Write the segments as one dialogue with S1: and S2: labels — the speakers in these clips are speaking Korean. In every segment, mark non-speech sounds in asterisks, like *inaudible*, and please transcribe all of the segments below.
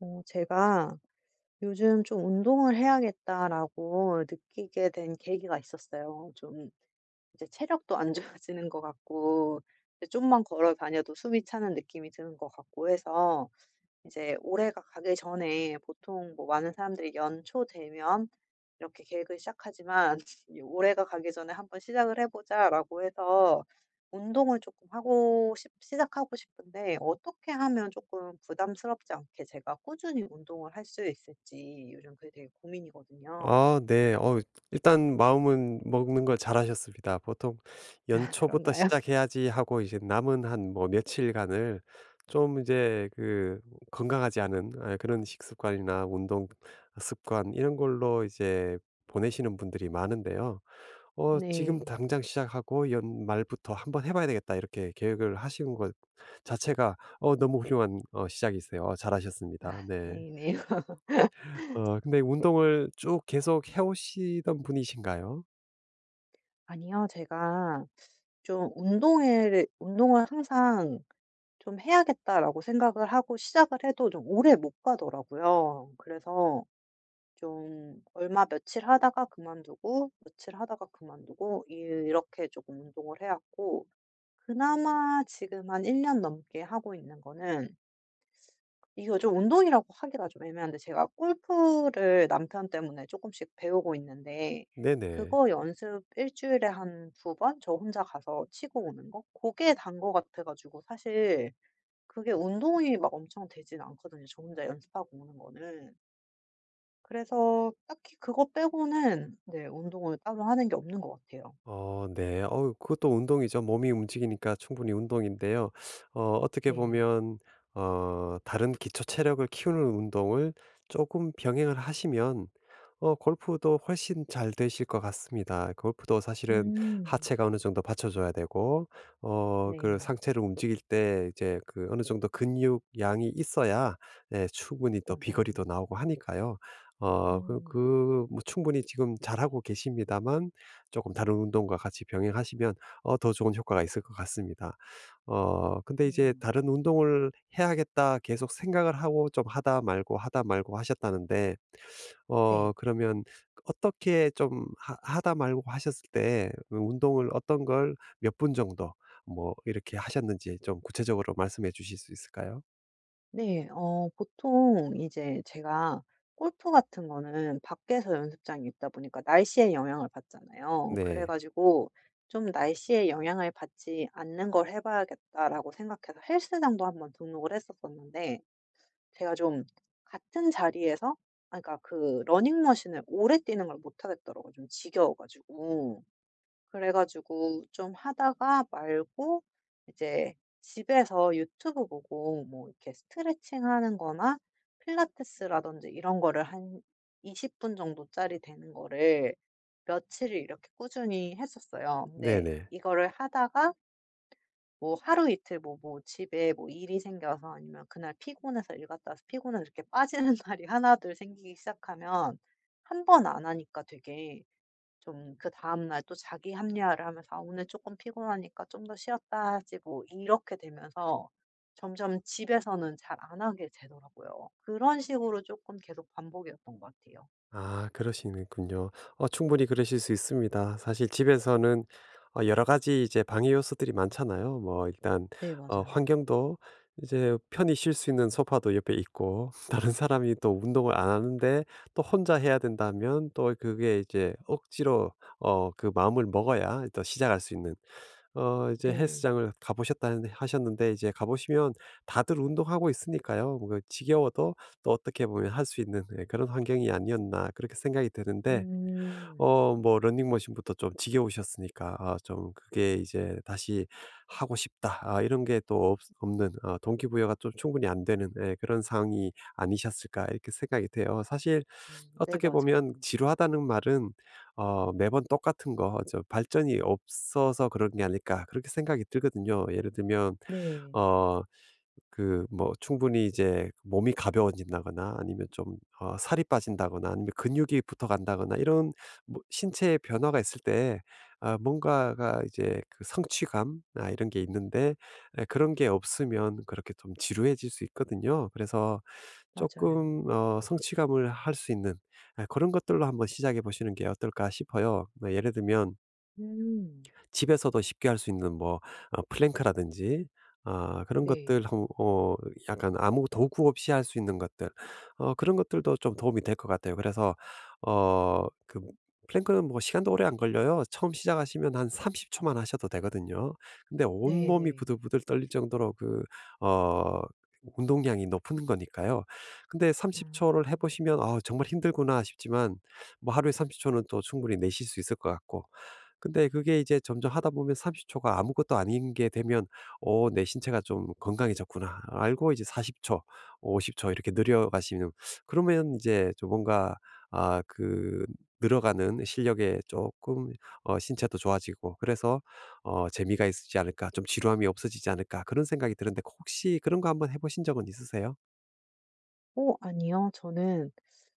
S1: 제가 요즘 좀 운동을 해야겠다라고 느끼게 된 계기가 있었어요. 좀 이제 체력도 안 *laughs* 좋아지는 것 같고, 이제 좀만 걸어 다녀도 숨이 차는 느낌이 드는 것 같고 해서 이제 올해가 가기 전에, 보통 뭐 많은 사람들이 연초 되면 이렇게 계획을 시작하지만 *laughs* 이 올해가 가기 전에 한번 시작을 해 보자라고 해서, 운동을 조금 하고 싶 시작하고 싶은데, 어떻게 하면 조금 부담스럽지 않게 제가 꾸준히 운동을 할 수 있을지 요즘 그게 되게 고민이거든요.
S2: 아 네. 일단 마음은 먹는 걸 잘하셨습니다. 보통
S1: 아,
S2: '연초부터
S1: 그런가요? *laughs*
S2: 시작해야지.' 하고, 이제 남은 한 뭐 며칠간을 좀 이제 그 건강하지 않은 아, 그런 식습관이나 운동 습관 이런 걸로 이제 보내시는 분들이 많은데요. 지금
S1: 네.
S2: 당장 시작하고 '연말부터 한번 해 봐야 되겠다.' 이렇게 계획을 하시는 것 자체가 너무 훌륭한 시작이세요. 잘하셨습니다.
S1: 아,
S2: 네.
S1: 다행이네요. *laughs*
S2: 근데 운동을 쭉 계속 해 오시던 분이신가요?
S1: 아니요. 제가 좀 운동을 항상 좀 해야겠다라고 생각을 하고 시작을 해도 좀 오래 못 가더라고요. 그래서 좀 얼마 며칠 하다가 그만두고, 며칠 하다가 그만두고, 이렇게 조금 운동을 해 왔고, 그나마 지금 한 1년 넘게 하고 있는 거는, 이거 좀 운동이라고 하기가 좀 애매한데, 제가 골프를 남편 때문에 조금씩 배우고 있는데,
S2: 네네.
S1: 그거 연습 1주일에 한 두 번 저 혼자 가서 치고 오는 거 고게 단 거 같아 가지고. 사실 그게 운동이 막 엄청 되진 않거든요, 저 혼자 연습하고 오는 거는. 그래서 딱히 그거 빼고는, 네, 운동을 따로 하는 게 없는 것 같아요.
S2: 네. 그것도 운동이죠. 몸이 움직이니까 충분히 운동인데요. 어떻게
S1: 네.
S2: 보면 다른 기초 체력을 키우는 운동을 조금 병행을 하시면 골프도 훨씬 잘 되실 것 같습니다. 골프도 사실은
S1: 음.
S2: 하체가 어느 정도 받쳐줘야 되고, 그
S1: 네.
S2: 상체를 움직일 때 이제 그 어느 정도 근육 양이 있어야 예 충분히 또
S1: 맞아요.
S2: 비거리도 나오고 하니까요. 어 그
S1: 음.
S2: 그 뭐 충분히 지금 잘하고 계십니다만, 조금 다른 운동과 같이 병행하시면 더 좋은 효과가 있을 것 같습니다. 근데 이제
S1: 음.
S2: 다른 운동을 해야겠다 계속 생각을 하고 좀 하다 말고, 하다 말고 하셨다는데,
S1: 네.
S2: 그러면 어떻게 좀 하 하다 말고 하셨을 때 운동을 어떤 걸 몇 분 정도 뭐 이렇게 하셨는지, 좀 구체적으로 말씀해 주실 수 있을까요?
S1: 네. 보통 이제 제가 골프 같은 거는 밖에서 연습장이 있다 보니까 날씨의 영향을 받잖아요. 그래
S2: 네.
S1: 가지고 좀 '날씨에 영향을 받지 않는 걸 해 봐야겠다.'라고 생각해서 헬스장도 한번 등록을 했었었는데, 제가 좀 같은 자리에서, 아 그러니까 그 러닝머신을 오래 뛰는 걸 못 하겠더라고요, 좀 지겨워 가지고. 그래 가지고 좀 하다가 말고, 이제 집에서 유튜브 보고 뭐 이렇게 스트레칭하는 거나 필라테스라든지 이런 거를 한 20분 정도짜리 되는 거를 며칠을 이렇게 꾸준히 했었어요. 근데
S2: 네네.
S1: 이거를 하다가 뭐 하루 이틀, 뭐 집에 뭐 일이 생겨서, 아니면 그날 피곤해서, 일 갔다 와서 피곤해서, 이렇게 빠지는 *laughs* 날이 하나둘 생기기 시작하면, 한 번 안 하니까 되게 좀 그다음 날 또 자기 합리화를 하면서 '아 오늘 조금 피곤하니까 좀 더 쉬었다 하지.' 뭐 이렇게 되면서 점점 집에서는 잘 안 하게 되더라고요. 그런 식으로 조금 계속 반복이었던 것 같아요.
S2: 아 그러시는군요. 충분히 그러실 수 있습니다. 사실 집에서는 여러 가지 이제 방해 요소들이 많잖아요. 뭐 일단
S1: 네, 맞아요.
S2: 환경도 이제 편히 쉴 수 있는 소파도 옆에 있고 *laughs* 다른 사람이 또 운동을 안 하는데 또 혼자 해야 된다면 또 그게 이제 억지로 그 마음을 먹어야 또 시작할 수 있는. 이제
S1: 네.
S2: 헬스장을 가보셨다 하셨는데, 이제 가 보시면 다들 운동하고 있으니까요. 뭐 그 지겨워도 또 어떻게 보면 할 수 있는 예 그런 환경이 아니었나 그렇게 생각이 드는데,
S1: 음.
S2: 뭐 러닝머신부터 좀 지겨우셨으니까 아 좀 그게 이제 '다시 하고 싶다.' 아 이런 게 또 없는 동기부여가 좀 충분히 안 되는 예 그런 상황이 아니셨을까 이렇게 생각이 돼요. 사실
S1: 음, 네,
S2: 어떻게
S1: 맞아요.
S2: 보면 지루하다는 말은 '매번 똑같은 거 저 발전이 없어서 그런 게 아닐까.' 그렇게 생각이 들거든요. 예를 들면
S1: 네.
S2: 어 그 뭐 충분히 이제 몸이 가벼워진다거나 아니면 좀 살이 빠진다거나 아니면 근육이 붙어간다거나 이런 뭐 신체의 변화가 있을 때 아 뭔가가 이제 그 성취감 아 이런 게 있는데, 그런 게 없으면 그렇게 좀 지루해질 수 있거든요. 그래서
S1: 맞아요.
S2: 조금 성취감을 할 수 있는 아, 그런 것들로 한번 시작해 보시는 게 어떨까 싶어요. 뭐 예를 들면
S1: 음.
S2: 집에서도 쉽게 할 수 있는 뭐 플랭크라든지 아 그런
S1: 네.
S2: 것들 한 약간 아무 도구 없이 할 수 있는 것들, 그런 것들도 좀 도움이 될 것 같아요. 그래서 그 플랭크는 뭐 시간도 오래 안 걸려요. 처음 시작하시면 한 30 초만 하셔도 되거든요. 근데 온몸이
S1: 네네.
S2: 부들부들 떨릴 정도로 그 어 운동량이 높은 거니까요. 근데
S1: 아.
S2: 30 초를 해 보시면 '아 정말 힘들구나.' 싶지만, 뭐 하루에 30 초는 또 충분히 내실 수 있을 것 같고, 근데 그게 이제 점점 하다 보면 30 초가 아무것도 아닌 게 되면 '어 내 신체가 좀 건강해졌구나.' 알고, 이제 40 초, 50초 이렇게 늘려가시는. 그러면 이제 좀 뭔가 아 그 늘어가는 실력에 조금 신체도 좋아지고, 그래서 '재미가 있지 않을까. 좀 지루함이 없어지지 않을까.' 그런 생각이 드는데, 혹시 그런 거 한번 해 보신 적은 있으세요?
S1: 아니요. 저는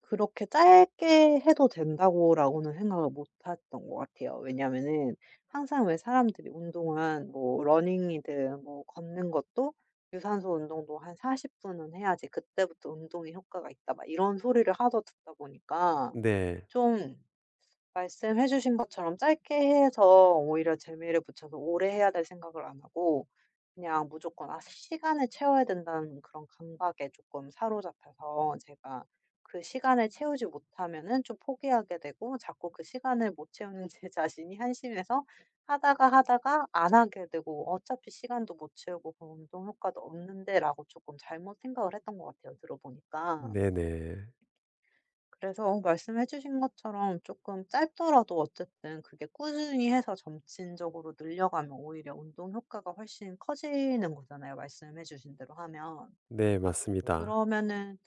S1: 그렇게 짧게 해도 된다고라고는 생각을 못 했던 것 같아요. 왜냐면은 항상, 왜, 사람들이 운동은 뭐 러닝이든 뭐 걷는 것도 유산소 운동도 한 40 분은 해야지 그때부터 운동에 효과가 있다, 막 이런 소리를 하도 듣다 보니까,
S2: 네.
S1: 좀, 말씀해 주신 것처럼 짧게 해서 오히려 재미를 붙여서 오래 해야 될 생각을 안 하고, 그냥 무조건 '아 시간을 채워야 된다.'는 그런 강박에 조금 사로잡혀서, 제가 그 시간을 채우지 못하면은 좀 포기하게 되고, 자꾸 그 시간을 못 채우는 제 자신이 한심해서 하다가 안 하게 되고, '어차피 시간도 못 채우고 그 운동 효과도 없는데.'라고 조금 잘못 생각을 했던 것 같아요, 들어 보니까.
S2: 네네.
S1: 그래서 말씀해 주신 것처럼 조금 짧더라도 어쨌든 그게 꾸준히 해서 점진적으로 늘려가면 오히려 운동 효과가 훨씬 커지는 거잖아요, 말씀해 주신 대로 하면.
S2: 네 맞습니다.
S1: 그러면은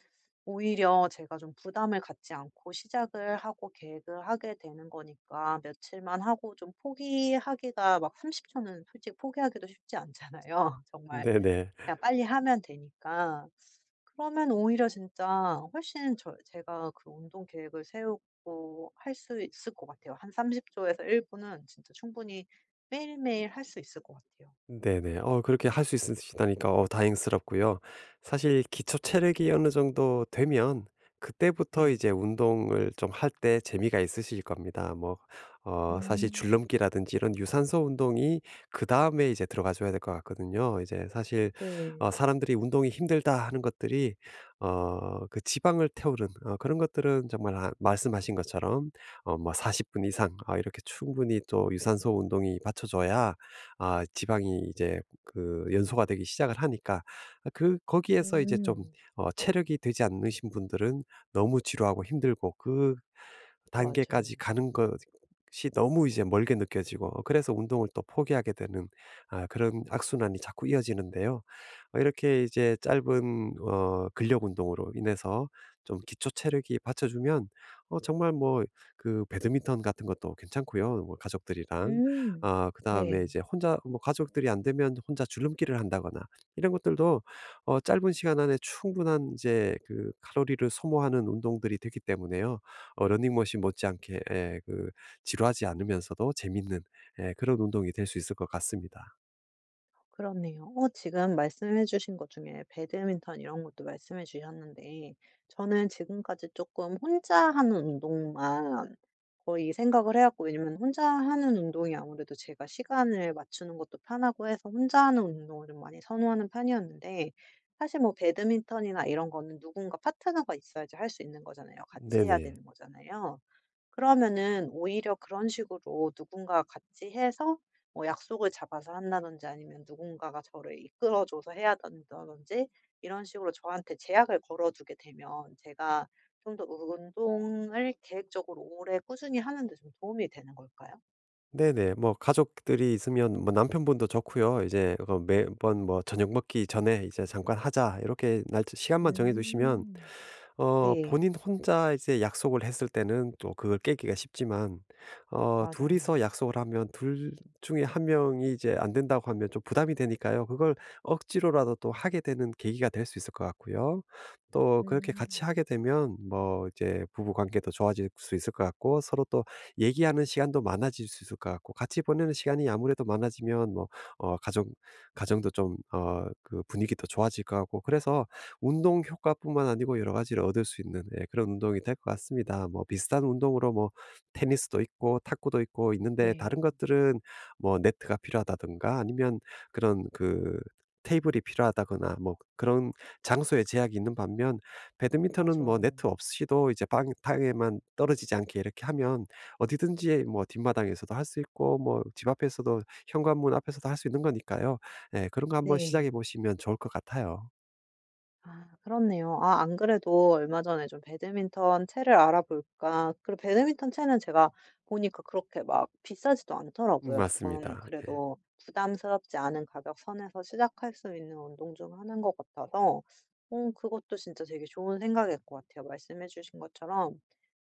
S1: 오히려 제가 좀 부담을 갖지 않고 시작을 하고 계획을 하게 되는 거니까, 며칠만 하고 좀 포기하기가, 막 30 초는 솔직히 포기하기도 쉽지 않잖아요, *laughs* 정말.
S2: 네네.
S1: 그냥 빨리 하면 되니까. 그러면 오히려 진짜 훨씬 제가 그 운동 계획을 세우고 할 수 있을 것 같아요. 한 30조 에서 1 분은 진짜 충분히 매일매일 할 수 있을 것 같아요.
S2: 네네. 그렇게 할 수 있으시다니까 다행스럽고요. 사실 기초 체력이 어느 정도 되면 그때부터
S1: 네.
S2: 이제 운동을 좀 할 때 재미가 있으실 겁니다. 뭐 사실
S1: 음.
S2: 줄넘기라든지 이런 유산소 운동이 그다음에 이제 들어가 줘야 될 것 같거든요. 이제 사실
S1: 네.
S2: 사람들이 운동이 힘들다 하는 것들이, 그 지방을 태우는 그런 것들은 정말 아 말씀하신 것처럼 뭐 40분 이상 이렇게 충분히 또 유산소 운동이 받쳐줘야 아 지방이 이제 그 연소가 되기 시작을 하니까 아, 그 거기에서 이제 좀
S1: 음.
S2: 체력이 되지 않으신 분들은 너무 지루하고 힘들고 그
S1: 맞아요.
S2: 단계까지 가는 것이 너무 이제 멀게 느껴지고, 그래서 운동을 또 포기하게 되는 아 그런 악순환이 자꾸 이어지는데요. 이렇게 이제 짧은 근력 운동으로 인해서 좀 기초 체력이 받쳐주면 정말 뭐 그 배드민턴 같은 것도 괜찮고요, 뭐 가족들이랑.
S1: 음.
S2: 아 그다음에
S1: 네.
S2: 이제 혼자, 뭐 가족들이 안 되면 혼자 줄넘기를 한다거나 이런 것들도 짧은 시간 안에 충분한 이제 그 칼로리를 소모하는 운동들이 되기 때문에요. 러닝머신 못지않게 예 그 지루하지 않으면서도 재밌는 예 그런 운동이 될 수 있을 것 같습니다.
S1: 그렇네요. 지금 말씀해 주신 것 중에 배드민턴 이런 것도 말씀해 주셨는데, 저는 지금까지 조금 혼자 하는 운동만 거의 생각을 해 왔고, 왜냐면 혼자 하는 운동이 아무래도 제가 시간을 맞추는 것도 편하고 해서 혼자 하는 운동을 좀 많이 선호하는 편이었는데, 사실 뭐 배드민턴이나 이런 거는 누군가 파트너가 있어야지 할 수 있는 거잖아요. 같이 해야
S2: 네네.
S1: 되는 거잖아요. 그러면은 오히려 그런 식으로 누군가 같이 해서 뭐 약속을 잡아서 한다든지, 아니면 누군가가 저를 이끌어 줘서 해야 된다든지, 이런 식으로 저한테 제약을 걸어 두게 되면 제가 좀 더 운동을 계획적으로 오래 꾸준히 하는 데 좀 도움이 되는 걸까요?
S2: 네네. 뭐 가족들이 있으면 뭐 남편분도 좋고요. 이제 그 매번 뭐 저녁 먹기 전에 이제 "잠깐 하자." 이렇게 날 시간만 정해 두시면
S1: 음. 네.
S2: 본인 혼자 이제 약속을 했을 때는 또 그걸 깨기가 쉽지만,
S1: 맞아요.
S2: 둘이서 약속을 하면 둘 중에 한 명이 이제 안 된다고 하면 좀 부담이 되니까요. 그걸 억지로라도 또 하게 되는 계기가 될 수 있을 것 같고요. 또 그렇게 같이
S1: 음.
S2: 하게 되면 뭐 이제 부부 관계도 좋아질 수 있을 것 같고, 서로 또 얘기하는 시간도 많아질 수 있을 것 같고, 같이 보내는 시간이 아무래도 많아지면 뭐 어 가정 가정도 좀 그 분위기도 좋아질 것 같고, 그래서 운동 효과뿐만 아니고 여러 가지를 얻을 수 있는 예 그런 운동이 될 것 같습니다. 뭐 비슷한 운동으로 뭐 테니스도 있고 탁구도 있고 있는데, 다른
S1: 네.
S2: 것들은 뭐 네트가 필요하다든가 아니면 그런 그 테이블이 필요하다거나 뭐 그런 장소에 제약이 있는 반면, 배드민턴은 뭐
S1: 맞아요.
S2: 네트 없이도 이제 방 땅에만 떨어지지 않게 이렇게 하면 어디든지, 뭐 뒷마당에서도 할 수 있고 뭐 집 앞에서도 현관문 앞에서도 할 수 있는 거니까요. 예 그런 거 한번
S1: 네.
S2: 시작해 보시면 좋을 것 같아요.
S1: 아, 그렇네요. 아, 안 그래도 얼마 전에 좀 배드민턴 채를 알아볼까, 그리고 배드민턴 채는 제가 보니까 그렇게 막 비싸지도 않더라고요.
S2: 맞습니다.
S1: 조금
S2: 네.
S1: 그래도 부담스럽지 않은 가격 선에서 시작할 수 있는 운동 중 하나인 것 같아서, 음, 그것도 진짜 되게 좋은 생각일 것 같아요. 말씀해 주신 것처럼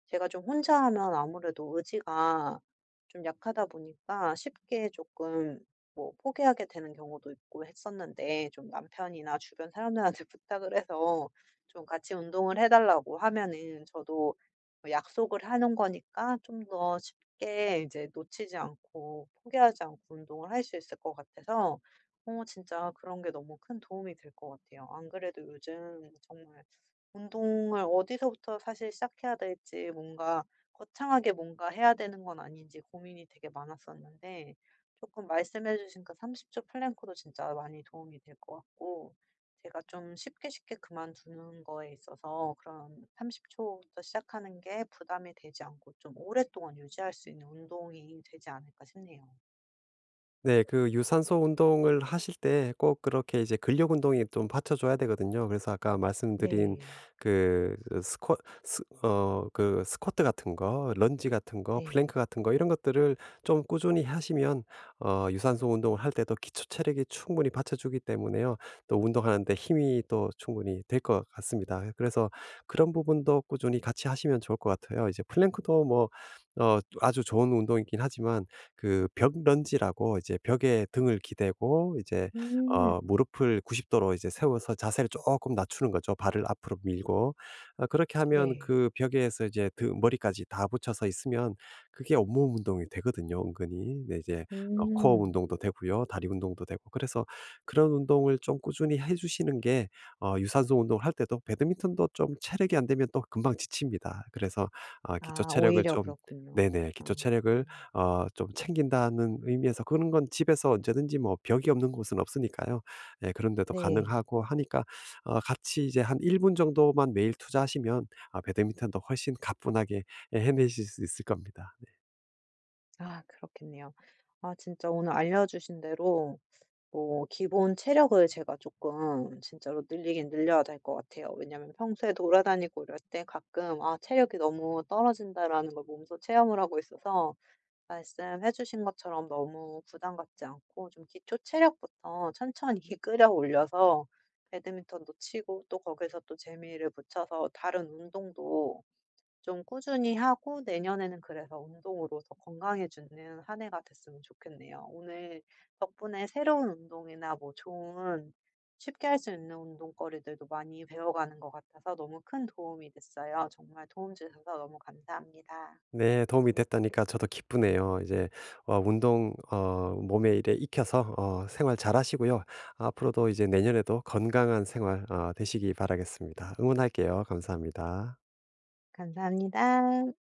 S1: 제가 좀 혼자 하면 아무래도 의지가 좀 약하다 보니까 쉽게 조금 뭐 포기하게 되는 경우도 있고 했었는데, 좀 남편이나 주변 사람들한테 *laughs* 부탁을 해서 좀 같이 운동을 해 달라고 하면은 저도 뭐 약속을 하는 거니까 좀 더 쉽게 이제 놓치지 않고 포기하지 않고 운동을 할 수 있을 것 같아서, 진짜 그런 게 너무 큰 도움이 될 것 같아요. 안 그래도 요즘 정말 운동을 어디서부터 사실 시작해야 될지, 뭔가 거창하게 뭔가 해야 되는 건 아닌지 고민이 되게 많았었는데, 조금 말씀해 주신 그 30초 플랭크도 진짜 많이 도움이 될 것 같고, 제가 좀 쉽게 쉽게 그만두는 거에 있어서 그런 30 초부터 시작하는 게 부담이 되지 않고 좀 오랫동안 유지할 수 있는 운동이 되지 않을까 싶네요.
S2: 네. 그 유산소 운동을 하실 때 꼭 그렇게 이제 근력 운동이 좀 받쳐 줘야 되거든요. 그래서 아까 말씀드린
S1: 네.
S2: 그 그 스쿼 스 어 그 스쿼트 같은 거, 런지 같은 거,
S1: 네.
S2: 플랭크 같은 거 이런 것들을 좀 꾸준히 하시면 유산소 운동을 할 때도 기초 체력이 충분히 받쳐 주기 때문에요. 또 운동하는 데 힘이 또 충분히 될 것 같습니다. 그래서 그런 부분도 꾸준히 같이 하시면 좋을 것 같아요. 이제 플랭크도 뭐 아주 좋은 운동이긴 하지만, 그 벽 런지라고 이제 벽에 등을 기대고 이제
S1: 음.
S2: 무릎을 90 도로 이제 세워서 자세를 조금 낮추는 거죠. 발을 앞으로 밀고. 아 그렇게 하면
S1: 네.
S2: 그 벽에서 이제 등 머리까지 다 붙여서 있으면 그게 온몸 운동이 되거든요, 은근히. 네 이제 코어
S1: 음.
S2: 운동도 되고요. 다리 운동도 되고. 그래서 그런 운동을 좀 꾸준히 해 주시는 게 유산소 운동을 할 때도 배드민턴도 좀 체력이 안 되면 또 금방 지칩니다. 그래서 아 기초
S1: 아,
S2: 체력을
S1: 오히려
S2: 좀.
S1: 그렇군요.
S2: 네네.
S1: 아.
S2: 기초 체력을 좀 챙긴다는 의미에서 그런 건 집에서 언제든지, 뭐 벽이 없는 곳은 없으니까요. 예 그런 데도
S1: 네.
S2: 가능하고 하니까 같이 이제 한 1분 정도만 매일 투자하시면 아 배드민턴도 훨씬 가뿐하게 예 해내실 수 있을 겁니다.
S1: 아, 그렇겠네요. 아, 진짜 오늘 알려 주신 대로 뭐 기본 체력을 제가 조금 진짜로 늘리긴 늘려야 될 것 같아요. 왜냐면 평소에 돌아다니고 이럴 때 가끔 '아 체력이 너무 떨어진다.'라는 걸 몸소 체험을 하고 있어서, 말씀해 주신 것처럼 너무 부담 갖지 않고 좀 기초 체력부터 천천히 *laughs* 끌어올려서 배드민턴도 치고, 또 거기서 또 재미를 붙여서 다른 운동도 좀 꾸준히 하고, 내년에는 그래서 운동으로 더 건강해지는 한 해가 됐으면 좋겠네요. 오늘 덕분에 새로운 운동이나 뭐 좋은, 쉽게 할 수 있는 운동거리들도 많이 배워가는 것 같아서 너무 큰 도움이 됐어요. 정말 도움 주셔서 너무
S2: 네 도움이 됐다니까 저도 기쁘네요. 이제 운동 몸에 일에 익혀서 생활 잘하시고요. 앞으로도 이제 내년에도 건강한 생활 되시기 바라겠습니다. 응원할게요. 감사합니다.
S1: 감사합니다. 감사합니다.